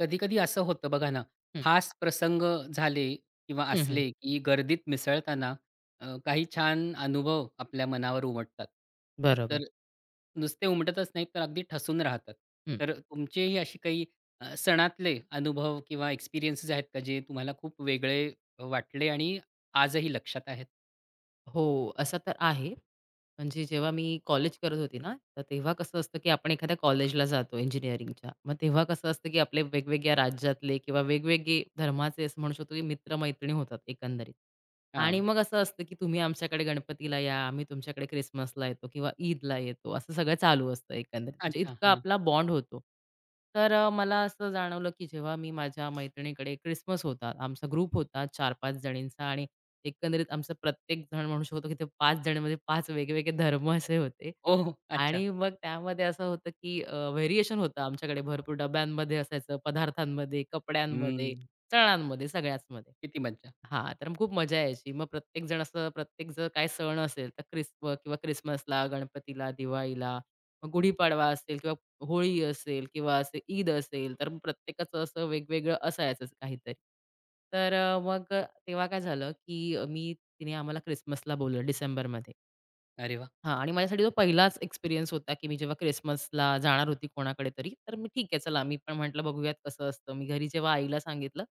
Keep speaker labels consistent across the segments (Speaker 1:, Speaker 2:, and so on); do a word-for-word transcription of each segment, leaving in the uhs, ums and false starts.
Speaker 1: कधी-कधी असं होतं बघा ना,
Speaker 2: हं,
Speaker 1: खास प्रसंग झाले किंवा
Speaker 2: हं, हं.
Speaker 1: असले, की गर्दीत मिसळताना अ, काही छान अनुभव आपल्या मनावर उमटतात.
Speaker 2: बरोबर.
Speaker 1: तर नुसते उमटतच नाहीत, तर अगदी ठसून राहतात.
Speaker 2: हं.
Speaker 1: तर तुमचेही अशी काही अ, सणातले अनुभव किंवा एक्सपिरियन्सेस आहेत का, जे तुम्हाला खूप वेगळे वाटले आणि आजही लक्षात आहेत?
Speaker 2: हो, असं तर आहे. म्हणजे जेव्हा मी कॉलेज करत होती ना, तर तेव्हा कसं असतं, की आपण एखाद्या कॉलेजला जातो इंजिनिअरिंगच्या. मग तेव्हा कसं असतं, की आपले वेगवेगळ्या राज्यातले किंवा वेगवेगळे धर्माचे असं म्हणू शकतो, की मित्र होतात एकंदरीत. आणि
Speaker 1: हां.
Speaker 2: मग असं असतं, की तुम्ही आमच्याकडे गणपतीला या, आम्ही तुमच्याकडे क्रिसमसला येतो किंवा ईदला येतो, असं सगळं चालू असतं एकंदरीत. म्हणजे
Speaker 1: अच्छा.
Speaker 2: इतका
Speaker 1: हां.
Speaker 2: आपला बॉन्ड होतो. तर अ, मला असं जाणवलं, की जेव्हा मी माझ्या मैत्रिणीकडे क्रिसमस होता, आमचा ग्रुप होता चार पाच जणींचा आणि एकंदरीत आमचं प्रत्येक जण म्हणू शकतो, की ते पाच जण म्हणजे पाच वेगवेगळे धर्म असे होते.
Speaker 1: हो, हो. अच्छा.
Speaker 2: आणि मग त्यामध्ये असं होतं, की अ, व्हेरिएशन होतं आमच्याकडे भरपूर डब्यांमध्ये असायचं, पदार्थांमध्ये, कपड्यांमध्ये,
Speaker 1: हम्म.
Speaker 2: सणांमध्ये, सगळ्याचमध्ये.
Speaker 1: किती मज्जा.
Speaker 2: हां, तर मग खूप मजा यायची. मग प्रत्येक जण असं प्रत्येक जर काही सण असेल, तर क्रिस्प किंवा ख्रिसमसला, गणपतीला, दिवाळीला, मग गुढीपाडवा असेल किंवा होळी असेल किंवा असे ईद असेल, तर मग प्रत्येकाचं असं वेगवेगळं असायचंच काहीतरी. तर अ, मग तेव्हा काय झालं, की अ, मी तिने आम्हाला क्रिसमसला बोलवलं डिसेंबरमध्ये.
Speaker 1: अरे वाह!
Speaker 2: हां आणि माझ्यासाठी तो पहिलाच एक्सपिरियन्स होता, की मी जेव्हा क्रिसमसला जाणार होती कोणाकडे तरी, तर मी ठीक आहे चला, मी पण म्हटलं बघूयात कसं असतं. मी घरी जेव्हा आईला सांगितलं,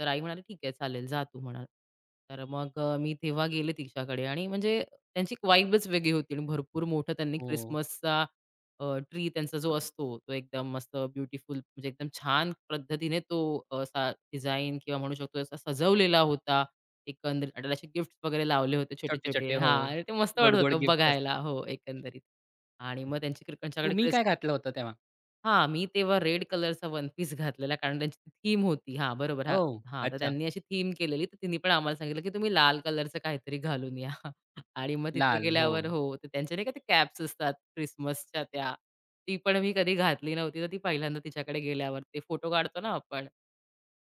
Speaker 2: तर आई म्हणाली, "ठीक आहे, चालेल, जा तू" म्हणाल. तर मग अ, मी तेव्हा गेले तिच्याकडे आणि म्हणजे त्यांची वाईबच वेगळी होती आणि भरपूर मोठं त्यांनी
Speaker 1: हो.
Speaker 2: क्रिसमसचा ट्री त्यांचा जो असतो, तो एकदम मस्त ब्युटिफुल म्हणजे एकदम छान पद्धतीने तो असा किंवा म्हणू शकतो असा सजवलेला होता एकंदरीत आणि असे गिफ्ट वगैरे लावले होते छोटे-छोटे.
Speaker 1: छोटे-छोटे हो.
Speaker 2: हां, आणि ते मस्त वाटत
Speaker 1: गोड-गोड
Speaker 2: होतं
Speaker 1: गिफ्ट्स असतात.
Speaker 2: बघायला. हो, एकंदरीत. आणि मग त्यांची क्रि त्यांच्याकडे
Speaker 1: तुम्ही काय घातलं होतं तेव्हा?
Speaker 2: हां, मी तेव्हा रेड कलरचा वन पीस घातलेला, कारण त्यांची थीम होती. हा, बरोबर. हां,
Speaker 1: ओह!
Speaker 2: हां. तर
Speaker 1: अच्छा.
Speaker 2: त्यांनी अशी थीम केलेली, तर तिने पण आम्हाला सांगितलं, की तुम्ही लाल कलरचं काहीतरी घालून या. आणि मग तिथे
Speaker 1: लाल. हो.
Speaker 2: गेल्यावर हो, तर त्यांच्या नाही का ते कॅप्स असतात क्रिसमसच्या त्या, ती पण मी कधी घातली नव्हती, तर ती पहिल्यांदा तिच्याकडे गेल्यावर ते फोटो काढतो ना आपण.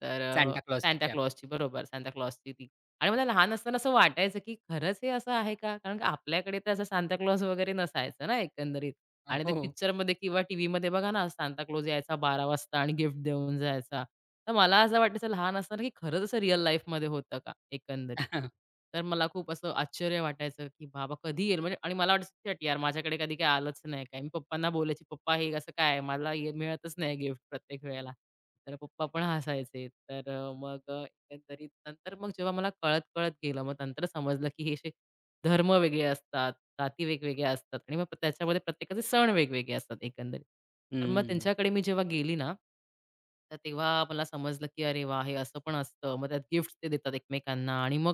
Speaker 2: तर
Speaker 1: सांता क्लॉसची
Speaker 2: सांता
Speaker 1: कॅप.
Speaker 2: क्लॉसची बरोबर, सांता क्लॉसची ती. आणि मला लहान असताना असं वाटायचं, की खरंच हे असं आहे का? कारण का आपल्याकडे तर असं सांता क्लॉस वगैरे नसायचं ना एकंदरीत. आणि ते
Speaker 1: हो.
Speaker 2: पिक्चरमध्ये किंवा टीव्हीमध्ये बघा ना, सांता क्लॉज यायचा बारा वाजता आणि गिफ्ट देऊन जायचा. तर मला असं वाटायचं लहान असताना, की खरंच असं रिअल लाईफमध्ये होतं का एकंदरीत? तर मला खूप असं आश्चर्य वाटायचं, की बाबा कधी येईल? म्हणजे आणि मला वाटायचं, यार, माझ्याकडे कधी काही आलंच नाही काय." मी पप्पांना बोलायची, "पप्पा हे असं काय आहे? मला हे मिळतच नाही गिफ्ट प्रत्येक वेळेला." तर पप्पा पण हसायचे. तर अ, मग अ, एकंदरीत नंतर मग जेव्हा मला कळत-कळत गेलं, मग नंतर समजलं, की हे शे धर्म वेगळे असतात, जाती वेगवेगळ्या असतात आणि मग त्याच्यामध्ये प्रत्येकाचे सण वेगवेगळे असतात एकंदरीत. तर मग
Speaker 1: हं.
Speaker 2: त्यांच्याकडे मी जेव्हा गेली ना, तर तेव्हा मला समजलं, की अरे वाह! हे असं पण असतं. मग त्यात गिफ्ट्स ते देतात एकमेकांना आणि मग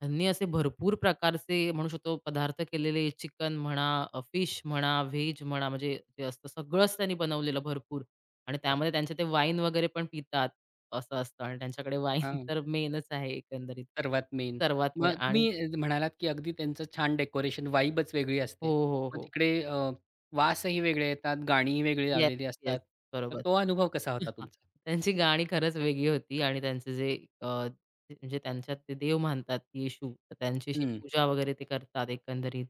Speaker 2: त्यांनी असे भरपूर प्रकारचे म्हणू शकतो पदार्थ केलेले चिकन म्हणा, अ, फिश म्हणा, व्हेज म्हणा म्हणजे जे असतं सगळंच त्यांनी बनवलेलं भरपूर आणि त्यामध्ये त्यांचे ते वाईन वगैरे पण पितात असं असतं आणि त्यांच्याकडे वाईन
Speaker 1: हां.
Speaker 2: तर मेनच आहे एकंदरीत
Speaker 1: सर्वात मेन.
Speaker 2: सर्वात मेन
Speaker 1: मग
Speaker 2: आणि
Speaker 1: तुम्ही म्हणालात, की अगदी त्यांचं छान डेकोरेशन वाइबच वेगळी
Speaker 2: हो,
Speaker 1: असते.
Speaker 2: हो,
Speaker 1: मग
Speaker 2: हो.
Speaker 1: तिकडे अ, वासही वेगळे येतात, गाणीही वेगळी
Speaker 2: येस,
Speaker 1: लावलेली
Speaker 2: येस.
Speaker 1: असतात. तर
Speaker 2: बरोबर.
Speaker 1: तो अनुभव कसा होता
Speaker 2: हां.
Speaker 1: तुमचा?
Speaker 2: त्यांची गाणी खरंच वेगळी होती आणि त्यांचे जे अ, ते- म्हणजे त्यांच्यात ते देव मानतात येशू, तर त्यांची अशी
Speaker 1: हं.
Speaker 2: पूजा वगैरे ते करतात एकंदरीत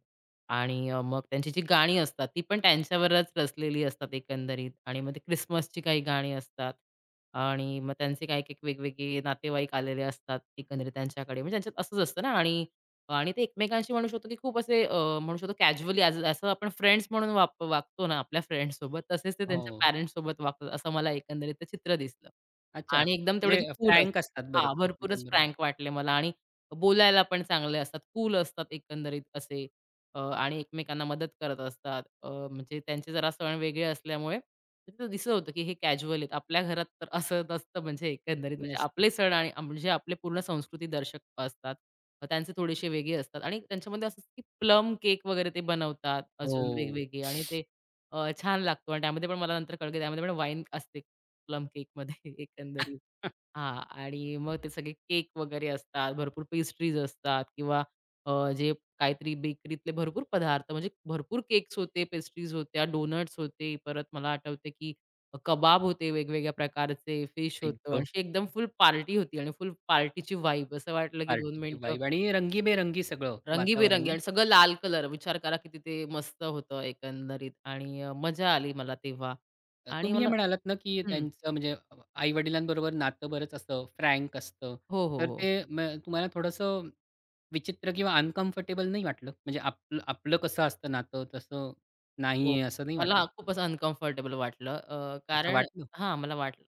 Speaker 2: आणि अ, मग त्यांची जी गाणी असतात, ती पण त्यांच्यावरच रचलेली असतात एकंदरीत आणि मग ते क्रिसमसची काही गाणी असतात आणि मग त्यांचे काही एक वेगवेगळे नातेवाईक आलेले असतात एकंदरीत त्यांच्याकडे. म्हणजे त्यांच्यात असंच असतं ना आणि आणि ते एकमेकांशी म्हणू शकतो, की खूप असे अ, म्हणू शकतो कॅज्युअली ॲज असं आपण फ्रेंड्स म्हणून वाप वागतो ना आपल्या फ्रेंड्ससोबत, तसेच ते त्यांच्या
Speaker 1: हो.
Speaker 2: पॅरेंट्ससोबत वागतात असं मला एकंदरीत ते चित्र दिसलं.
Speaker 1: अच्छा.
Speaker 2: आणि एकदम तेवढे
Speaker 1: म्हणजे
Speaker 2: कूल
Speaker 1: फ्रँक असतात
Speaker 2: असतात हां,
Speaker 1: बरेच
Speaker 2: भरपूरच
Speaker 1: एकमेकांबरोबर.
Speaker 2: फ्रँक वाटले मला आणि बोलायला पण चांगले असतात, कूल असतात एकंदरीत असे अ, आणि एकमेकांना मदत करत असतात. अ, म्हणजे त्यांचे जरा सण वेगळे असल्यामुळे तिथं दिसत होतं, की हे कॅज्युअल आहेत. आपल्या घरात तर असं नसतं म्हणजे एकंदरीत म्हणजे
Speaker 1: मस्त.
Speaker 2: आपले सण आणि आम- म्हणजे आपले पूर्ण संस्कृती दर्शक असतात. अ, त्यांचे थोडेसे वेगळे असतात आणि त्यांच्यामध्ये असं असतं, की प्लम केक वगैरे ते बनवतात अजून
Speaker 1: हो.
Speaker 2: वेगवेगळे आणि ते अ, छान लागतो आणि त्यामध्ये पण मला नंतर कळलं, की त्यामध्ये पण वाईन असते प्लम केकमध्ये एकंदरीत. हां. आणि मग ते सगळे केक वगैरे असतात, भरपूर पेस्ट्रीज असतात किंवा अ, जे काहीतरी बेकरीतले भरपूर पदार्थ म्हणजे भरपूर केक्स होते, पेस्ट्रीज होत्या, डोनट्स होते. परत मला आठवते, की कबाब होते वेगवेगळ्या प्रकारचे, फिश होतं.
Speaker 1: आई
Speaker 2: अशी एकदम फुल पार्टी होती आणि फुल पार्टीची वाईब. असं वाटलं, की दोन
Speaker 1: पार्टीची
Speaker 2: मिनिटं
Speaker 1: वाइब आणि रंगीबेरंगी सगळं वातावरण
Speaker 2: रंगीबेरंगी
Speaker 1: नाही?
Speaker 2: आणि सगळं लाल कलर. विचार करा किती ते मस्त होतं एकंदरीत आणि अ, मजा आली मला तेव्हा
Speaker 1: अ,
Speaker 2: आणि
Speaker 1: तुम्ही हे
Speaker 2: मला
Speaker 1: म्हणालात ना, की
Speaker 2: हं.
Speaker 1: त्यांचं म्हणजे आई-वडिलांबरोबर नातं बरंच असं फ्रँक असतं.
Speaker 2: हो, हो,
Speaker 1: तर
Speaker 2: हो.
Speaker 1: ते म तुम्हाला थोडंसं विचित्र किंवा अनकम्फर्टेबल नाही वाटलं? म्हणजे आपलं आपलं कसं असतं नातं तसं नाही
Speaker 2: हो.
Speaker 1: आहे असं नाही वाटलं?
Speaker 2: मला खूप असं अनकम्फर्टेबल वाटलं. अ,
Speaker 1: अच्छा
Speaker 2: कारण
Speaker 1: वाटलं?
Speaker 2: हां, मला वाटलं,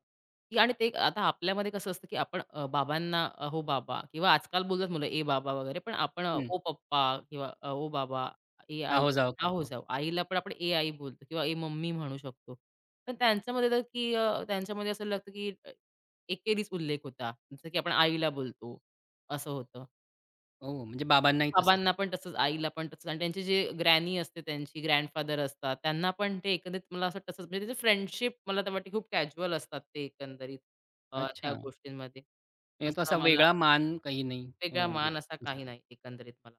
Speaker 2: की आणि ते आता आपल्यामध्ये कसं असतं, की आपण अ, बाबांना अ, "हो बाबा" किंवा आजकाल बोलतात मुलं, "ए बाबा" वगैरे. पण आपण अ,
Speaker 1: हं.
Speaker 2: "ओ पप्पा" किंवा अ, "ओ बाबा," "ए आई."
Speaker 1: आहो-जाहो
Speaker 2: "आ हो
Speaker 1: करतो.
Speaker 2: जाऊ." आईला पण आपण "ए आई" बोलतो किंवा "ए मम्मी" म्हणू शकतो. पण त्यांच्यामध्ये तर, की अ, त्यांच्यामध्ये असं लागतं, की अ, एकेरीच उल्लेख होता. जसं की आपण आईला बोलतो, असं होतं.
Speaker 1: ओह! म्हणजे बाबांनाही तसंच.
Speaker 2: बाबांना पण तसंच, आईला पण तसंच आणि त्यांची जी ग्रॅनी असते त्यांची, ग्रँडफादर असतात, त्यांना पण ते एकंदरीत मला असं तसंच म्हणजे त्याची फ्रेंडशिप मला तर वाटते खूप कॅज्युअल असतात ते एकंदरीत अ, त्या
Speaker 1: अच्छा.
Speaker 2: गोष्टींमध्ये.
Speaker 1: म्हणजे तो
Speaker 2: असं
Speaker 1: असा
Speaker 2: मला
Speaker 1: वेगळा मान काही नाही
Speaker 2: वेगळा
Speaker 1: अ, देत
Speaker 2: मान असा
Speaker 1: असं.
Speaker 2: काही नाही एकंदरीत मला.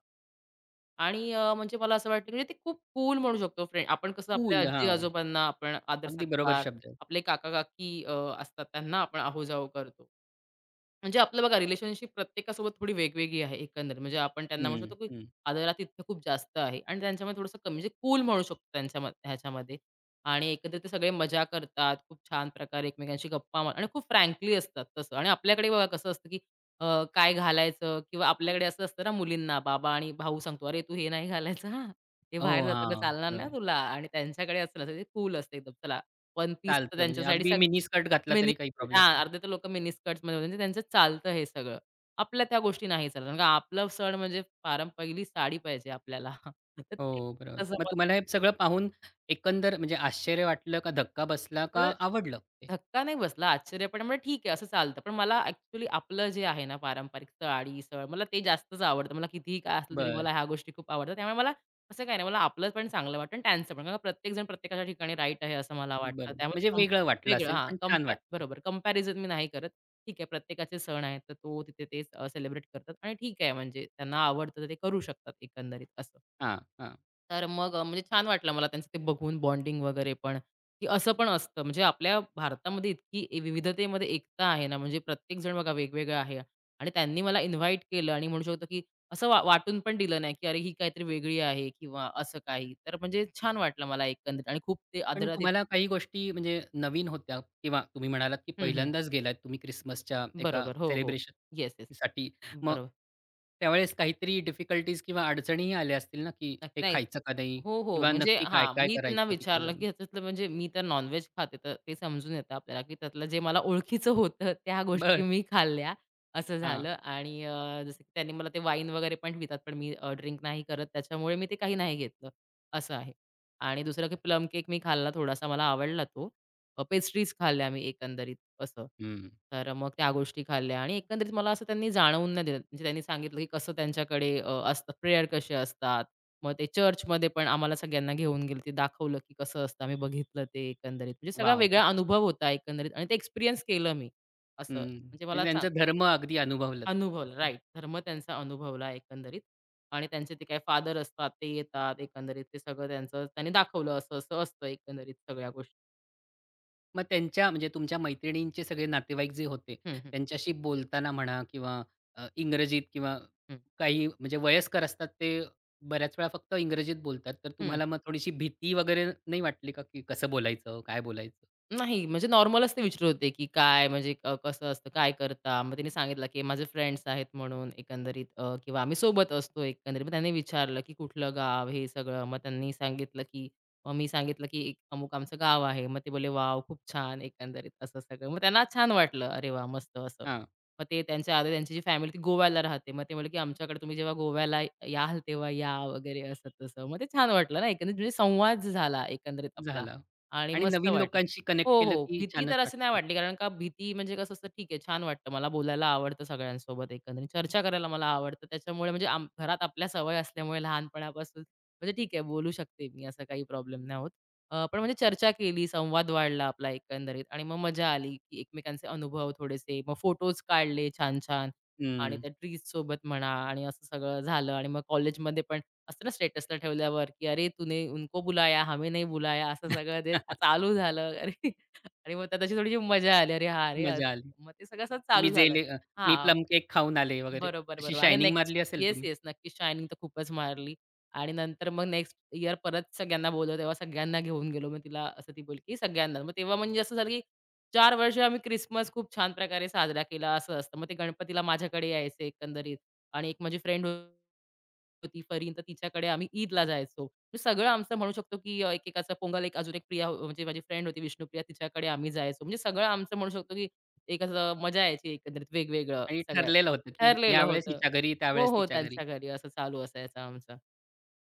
Speaker 2: आणि अ, म्हणजे मला असं वाटतं म्हणजे ते खूप कूल म्हणू शकतो फ्रेंड. आपण कसं आपल्या
Speaker 1: कूल हां.
Speaker 2: आजी-आजोबांना आपण आदर
Speaker 1: अगदी बरोबर
Speaker 2: सत्कार,
Speaker 1: शब्द आहे.
Speaker 2: आपले काका-काकी अ, असतात त्यांना आपण आहोजाव करतो. म्हणजे आपलं बघा रिलेशनशिप प्रत्येकासोबत थोडी वेगवेगळी आहे एकंदरीत. म्हणजे आपण त्यांना म्हणू
Speaker 1: हं,
Speaker 2: शकतो, की
Speaker 1: हं.
Speaker 2: आदरातिथ्य खूप जास्त आहे आणि त्यांच्यामध्ये थोडंसं कमी म्हणजे कूल म्हणू शकतो त्यांच्याम ह्याच्यामध्ये आणि एकंदरीत ते सगळे मजा करतात. खूप छान प्रकारे एकमेकांशी गप्पा मार आणि खूप फ्रँकली असतात तसं. आणि आपल्याकडे बघा कसं असतं, की अ, काय घालायचं किंवा आपल्याकडे असं असतं ना मुलींना बाबा आणि भाऊ सांगतो, "अरे तू हे नाही घालायचं हां. हे बाहेर
Speaker 1: हो,
Speaker 2: जाताना
Speaker 1: हां.
Speaker 2: चालणार नाही
Speaker 1: बरोबर.
Speaker 2: तुला." आणि त्यांच्याकडे असं नसतं. ते कूल असतं एकदम. चला वन पीस तर
Speaker 1: चालतं म्हणजे
Speaker 2: त्यांच्यासाठी
Speaker 1: अगदी
Speaker 2: सग
Speaker 1: मिनी स्कर्ट घातला तरी काही प्रॉब्लेम
Speaker 2: हां,
Speaker 1: नाही.
Speaker 2: अर्धे तर लोकं मिनी स्कर्ट्समध्ये होते. म्हणजे त्यांचं चालतं हे सगळं. आपल्या त्या गोष्टी नाही चालत. कारण का आपलं सण म्हणजे पारं पहिली साडी पाहिजे आपल्याला. तर
Speaker 1: हो,
Speaker 2: ते
Speaker 1: बरोबर.
Speaker 2: तसं
Speaker 1: मग तुम्हाला हे सगळं पाहून एकंदर म्हणजे आश्चर्य वाटलं का धक्का बसला
Speaker 2: मला
Speaker 1: का आवडलं ते?
Speaker 2: धक्का नाही बसला, आश्चर्य पण म्हणजे ठीक आहे, असं चालतं. पण मला ॲक्चुअली आपलं जे आहे ना पारंपरिक साडी-सळ, मला ते जास्तच आवडतं. मला कितीही काय असलं तरी
Speaker 1: बरं,
Speaker 2: मला ह्या गोष्टी खूप आवडतात. त्यामुळे मला असं काही नाही, मला आपलं पण चांगलं वाटतं आणि त्यांचं पण. कारण प्रत्येक जण प्रत्येकाच्या ठिकाणी राईट आहे असं मला वाटतं.
Speaker 1: बरं.
Speaker 2: त्यामध्ये
Speaker 1: म्हणजे
Speaker 2: कं
Speaker 1: वेगळं वाटलं
Speaker 2: वेगळं
Speaker 1: असेल,
Speaker 2: हां,
Speaker 1: पण छान
Speaker 2: कंपॅ
Speaker 1: वाटलं.
Speaker 2: बरोबर कंपॅरिझन मी नाही करत. ठीक आहे, प्रत्येकाचे सण आहेत, तर तो तिथे तेच सेलिब्रेट करतात आणि ठीक आहे म्हणजे त्यांना आवडतं तर ते करू शकतात एकंदरीत असं.
Speaker 1: हां, हां.
Speaker 2: तर मग अ, म्हणजे छान वाटलं मला त्यांचं ते बघून बॉन्डिंग वगैरे पण, की असं पण असतं. म्हणजे आपल्या भारतामध्ये इतकी ए- विविधतेमध्ये एकता आहे ना, म्हणजे प्रत्येक जण बघा वेगवेगळा आहे आणि त्यांनी मला इन्व्हाईट केलं आणि म्हणू शकतो, की असं वा वाटून पण दिलं नाही, की अरे ही काहीतरी वेगळी आहे किंवा असं काही. तर म्हणजे छान वाटलं मला एकंदरीत आणि खूप ते
Speaker 1: पण
Speaker 2: आदरातीत
Speaker 1: तुम्हाला काही गोष्टी म्हणजे नवीन होत्या किंवा तुम्ही म्हणालात, की
Speaker 2: हं, हं.
Speaker 1: पहिल्यांदाच गेलात तुम्ही क्रिसमसच्या एका
Speaker 2: बरोबर. हो, हो. Yes, yes.
Speaker 1: सेलिब्रेशनसाठी. मग
Speaker 2: बरोबर.
Speaker 1: त्यावेळेस काहीतरी डिफिकल्टीज किंवा अडचणीही आल्या असतील ना, की
Speaker 2: नक्की.
Speaker 1: हे
Speaker 2: नाही.
Speaker 1: खायचं का नाही?
Speaker 2: हो, हो.
Speaker 1: किंवा
Speaker 2: म्हणजे
Speaker 1: नक्की
Speaker 2: हां,
Speaker 1: काय-काय
Speaker 2: मी त्यांना
Speaker 1: करायचं तिकडे
Speaker 2: विचारलं,
Speaker 1: जाऊन?
Speaker 2: की ह्याच्यातलं म्हणजे मी तर नॉन खाते, तर ते समजून येतं आपल्याला, की त्यातलं जे मला ओळखीचं होतं त्या गोष्टी
Speaker 1: बरं.
Speaker 2: मी खाल्ल्या, असं
Speaker 1: हां.
Speaker 2: झालं. आणि अ, जसं की त्यांनी मला ते वाईन वगैरे पण पितात, पण मी ड्रिंक नाही करत, त्याच्यामुळे मी ते काही नाही घेतलं, असं आहे. आणि दुसरं की प्लम केक मी खाल्ला थोडासा, मला आवडला तो. पेस्ट्रीज खाल्ल्या मी एकंदरीत. असं.
Speaker 1: हं.
Speaker 2: तर मग त्या गोष्टी खाल्ल्या आणि एकंदरीत मला असं त्यांनी जाणवून नाही दिलं. म्हणजे त्यांनी सांगितलं की कसं त्यांच्याकडे अ, असतं प्रेयर कसे असतात. मग ते चर्चमध्ये पण आम्हाला सगळ्यांना घेऊन गेले. ते दाखवलं की कसं असतं. आम्ही बघितलं ते एकंदरीत. म्हणजे सगळा
Speaker 1: वॉव!
Speaker 2: वेगळा
Speaker 1: किती छान.
Speaker 2: अनुभव होता एकंदरीत आणि ते एक्सपिरियन्स केलं मी
Speaker 1: हं,
Speaker 2: असं. म्हणजे
Speaker 1: म्हणजे
Speaker 2: मला सांग
Speaker 1: त्यांचा धर्म अगदी अनुभवलात
Speaker 2: अनुभवलं
Speaker 1: असं.
Speaker 2: राइट. धर्म त्यांचा अनुभवला एकंदरीत आणि त्यांचे ते काही फादर असतात ते येतात एकंदरीत. ते सगळं त्यांचं त्यांनी दाखवलं असं-असं असतं एकंदरीत सगळ्या गोष्टी.
Speaker 1: मग त्यांच्या म्हणजे तुमच्या मैत्रिणींचे सगळे नातेवाईक जे होते,
Speaker 2: हं, हं,
Speaker 1: त्यांच्याशी बोलताना म्हणा किंवा अ, इंग्रजीत किंवा
Speaker 2: हं.
Speaker 1: काही म्हणजे वयस्कर असतात ते बऱ्याच वेळा फक्त इंग्रजीत बोलतात. तर
Speaker 2: हं.
Speaker 1: तुम्हाला मग थोडीशी भीती वगैरे नाही वाटली का, की कसं बोलायचं? काय बोलायचं?
Speaker 2: नाही, म्हणजे नॉर्मलच ते विचारत होते, की काय म्हणजे अ, कसं असतं, काय करता? मग त्यांनी सांगितलं, की माझे फ्रेंड्स आहेत म्हणून एकंदरीत अ, किंवा आम्ही सोबत असतो एकंदरीत. मग त्यांनी विचारलं, की कुठलं गाव हे सगळं. मग त्यांनी सांगितलं, की मग मी सांगितलं, की एक अमुक आमचं गाव आहे. मग ते बोलले, "वॉव! खूप छान." एकंदरीत असं सगळं. मग त्यांना छान वाटलं. अरे वाह! मस्त असं.
Speaker 1: हां,
Speaker 2: मग ते त्यांच्या आधी त्यांची जी फॅमिली ती गोव्याला राहते. मग ते म्हणले, की आमच्याकडे तुम्ही जेव्हा गोव्याला याल तेव्हा या वगैरे असं तसं. मग ते छान वाटलं ना एकंदरीत म्हणजे संवाद झाला एकंदरीत आपला
Speaker 1: झालं
Speaker 2: आणि
Speaker 1: आणि
Speaker 2: मस्त
Speaker 1: नवीन
Speaker 2: वाटलं.
Speaker 1: लोकांशी
Speaker 2: हो,
Speaker 1: कनेक्ट
Speaker 2: हो.
Speaker 1: केलं की
Speaker 2: भीती तर
Speaker 1: छानच
Speaker 2: अशी नाही
Speaker 1: वाटतं.
Speaker 2: वाटली, कारण का भीती म्हणजे कसं असतं, ठीक आहे, छान वाटतं. मला बोलायला आवडतं सगळ्यांसोबत एकंदरीत. चर्चा करायला मला आवडतं. त्याच्यामुळे म्हणजे आम घरात आपल्या सवय असल्यामुळे लहानपणापासून म्हणजे ठीक आहे, बोलू शकते मी, असा काही प्रॉब्लेम नाही होत. अ, पण म्हणजे चर्चा केली, संवाद वाढला आपला एकंदरीत आणि मग मजा आली, की एकमेकांचे अनुभव थोडेसे, मग फोटोज काढले छान-छान आणि
Speaker 1: हं.
Speaker 2: त्या ट्रीजसोबत म्हणा आणि असं सगळं झालं आणि मग कॉलेजमध्ये पण असतं ना स्टेटसला ठेवल्यावर, की "अरे, तूने उनको बुलाया, हमें नहीं बुलाया." असं सगळं ते चालू झालं. अरे आणि मग त्याची थोडीशी मजा आली. अरे हां, अरे!
Speaker 1: मजा
Speaker 2: अस-
Speaker 1: आली.
Speaker 2: मग ते सगळं असं
Speaker 1: मी
Speaker 2: चालू झालं.
Speaker 1: जेले अ, मी
Speaker 2: हां,
Speaker 1: प्लम केक खाऊन आले वगैरे
Speaker 2: बरोबर,
Speaker 1: अशी
Speaker 2: बरोबर. आणि
Speaker 1: शायनिंग
Speaker 2: नेक्स्ट
Speaker 1: मारली असेल
Speaker 2: येस,
Speaker 1: तुम्ही?
Speaker 2: येस. नक्कीच शायनिंग तर खूपच मारली. आणि नंतर मग नेक्स्ट इयर परत सगळ्यांना बोलवलं, तेव्हा सगळ्यांना घेऊन गेलो. मग तिला असं ती बोलली, की सगळ्यांना. मग तेव्हा म्हणजे असं झालं, की चार वर्ष आम्ही ख्रिसमस खूप छान प्रकारे साजरा केला, असं असतं. मग ते गणपतीला माझ्याकडे यायचे एकंदरीत आणि एक माझी फ्रेंड होती फरहीन, तर तिच्याकडे आम्ही ईदला जायचो. म्हणजे सगळं आमचं म्हणू शकतो, की अ, एकेकाचं पोंगल, एक अजून एक प्रिया हो- म्हणजे माझी फ्रेंड होती विष्णुप्रिया, तिच्याकडे आम्ही जायचो. म्हणजे सगळं आमचं म्हणू शकतो, की एक असं मजा यायची एकंदरीत वेगवेगळं
Speaker 1: आणि
Speaker 2: सगळ्या
Speaker 1: ठरलेलं होतं, की
Speaker 2: ठरलेलं
Speaker 1: यावेळेस
Speaker 2: होतं.
Speaker 1: हिच्या घरी,
Speaker 2: हो,
Speaker 1: त्यावेळेस
Speaker 2: हो.
Speaker 1: तिच्या घरी.
Speaker 2: त्यांच्या घरी असं चालू असायचं आमचं.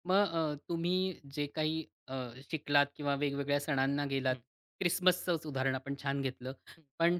Speaker 1: मग अ, तुम्ही जे काही अ, शिकलात किंवा वेगवेगळ्या सणांना गेलात,
Speaker 2: हं,
Speaker 1: ख्रिसमसचंच उदाहरण आपण छान घेतलं.
Speaker 2: हं.
Speaker 1: पण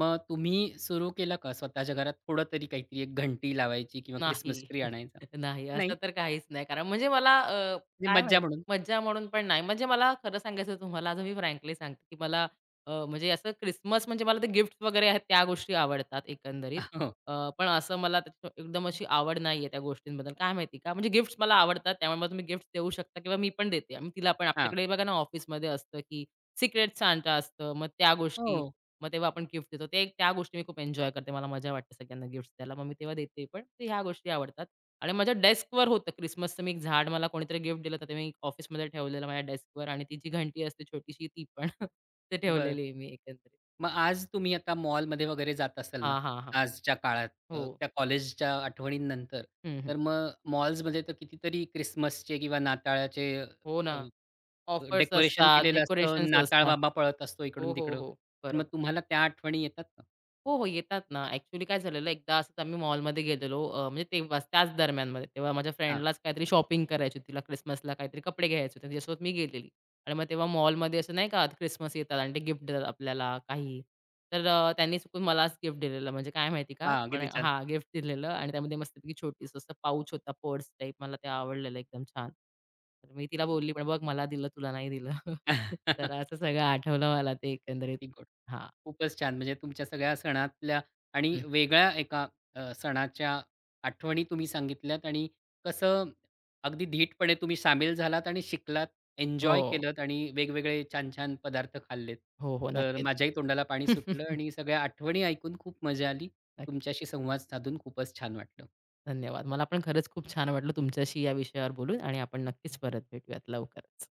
Speaker 1: मग तुम्ही सुरू केलं का स्वतःच्या घरात थोडं तरी काहीतरी एक घंटी लावायची किंवा ख्रिसमस
Speaker 2: नाही.
Speaker 1: ट्री आणायचा?
Speaker 2: नाही, असं
Speaker 1: नाही,
Speaker 2: तर काहीच नाही. कारण म्हणजे मला अ,
Speaker 1: म्हणजे
Speaker 2: काय माहीत
Speaker 1: मज्जा म्हणून.
Speaker 2: मज्जा म्हणून पण नाही. म्हणजे मला खरं सांगायचं तुम्हाला आता मी फ्रँकली सांगते, की मला अ, म्हणजे असं क्रिसमस म्हणजे मला ते गिफ्ट्स वगैरे आहेत त्या गोष्टी आवडतात एकंदरीत.
Speaker 1: हो.
Speaker 2: अ, पण असं मला त्याची एकदम अशी आवड नाहीये त्या गोष्टींबद्दल. काय माहिती का? म्हणजे गिफ्ट्स मला आवडतात. त्यामुळे मग तुम्ही गिफ्ट्स देऊ शकता किंवा मी पण देते. आम्ही तिला पण
Speaker 1: हां.
Speaker 2: आपल्याकडे बघा ना ऑफिसमध्ये असतं, की सिक्रेट सांता असतं. मग त्या गोष्टी
Speaker 1: हो.
Speaker 2: मग तेव्हा आपण गिफ्ट देतो. ते त्या गोष्टी मी खूप एन्जॉय करते. मला मजा वाटते सगळ्यांना गिफ्ट्स द्यायला. मग मी तेव्हा देते पण. तर ह्या गोष्टी आवडतात. आणि माझ्या डेस्कवर होतं क्रिसमसचं मी एक झाड मला कोणीतरी गिफ्ट दिलं होतं. ते मी ऑफिसमध्ये ठेवलेलं माझ्या डेस्कवर आणि ती जी घंटी असते छोटीशी ती पण. ते
Speaker 1: बरं.
Speaker 2: ठेवलेली आहे मी एकंदरीत.
Speaker 1: मग आज तुम्ही आता मॉलमध्ये वगैरे जात असाल ना,
Speaker 2: हां, हां, हां.
Speaker 1: आजच्या काळात
Speaker 2: हो.
Speaker 1: अ, त्या कॉलेजच्या आठवणींनंतर,
Speaker 2: हं, हं.
Speaker 1: तर मग मॉल्समध्ये तर कितीतरी क्रिसमसचे किंवा नाताळाचे
Speaker 2: हो ना.
Speaker 1: अ,
Speaker 2: ऑफर्स
Speaker 1: डेकोरेशन
Speaker 2: असतात,
Speaker 1: केलेलं
Speaker 2: डेकोरेशन्स
Speaker 1: असतं. नाताळ
Speaker 2: असतात.
Speaker 1: बाबा पळत असतो
Speaker 2: हो, हो,
Speaker 1: इकडून-तिकडं.
Speaker 2: हो.
Speaker 1: तर मग
Speaker 2: बरोबर.
Speaker 1: तुम्हाला त्या आठवणी येतात का?
Speaker 2: हो, हो. येतात ना. ॲक्चुअली काय झालेलं एकदा असंच आम्ही मॉलमध्ये गेलेलो अ, म्हणजे तेव्हाच त्याच दरम्यानमध्ये. तेव्हा माझ्या
Speaker 1: हां,
Speaker 2: फ्रेंडलाच काहीतरी शॉपिंग करायची होती. तिला क्रिसमसला काहीतरी कपडे घ्यायचे होते. तिच्यासोबत मी गेलेली आणि मग तेव्हा मॉलमध्ये असं नाही का क्रिसमस येतात आणि ते गिफ्ट देतात आपल्याला काही. तर अ, त्यांनी चुकून मलाच गिफ्ट दिलेलं म्हणजे काय माहिती का?
Speaker 1: हां.
Speaker 2: पण
Speaker 1: किती छान.
Speaker 2: हां, गिफ्ट दिलेलं आणि त्यामध्ये मस्तपैकी छोटीसं असं पाउच होता पर्स टाईप. मला ते आवडलेलं एकदम छान. तर मी तिला बोलली, "पण बघ मला दिलं, तुला नाही दिलं." तर असं सगळं आठवलं मला ते एकंदरीत.
Speaker 1: किती गोड.
Speaker 2: हां.
Speaker 1: खूपच छान. म्हणजे तुमच्या सगळ्या सणातल्या आणि
Speaker 2: हं.
Speaker 1: वेगळ्या एका अ, सणाच्या आठवणी तुम्ही सांगितल्यात आणि कसं अगदी धीटपणे तुम्ही सामील झालात आणि शिकलात,
Speaker 2: हो.
Speaker 1: एन्जॉय केलत आणि वेगवेगळे छान-छान पदार्थ खाल्लेत.
Speaker 2: हो, हो.
Speaker 1: तर
Speaker 2: नक्कीच.
Speaker 1: माझ्याही तोंडाला पाणी सुटलं आणि सगळ्या आठवणी ऐकून खूप मजा आली.
Speaker 2: नक्की.
Speaker 1: तुमच्याशी संवाद साधून खूपच छान वाटलं.
Speaker 2: धन्यवाद. मला पण खरंच खूप छान वाटलं तुमच्याशी या विषयावर बोलून आणि आपण नक्कीच परत भेटूयात लवकरच.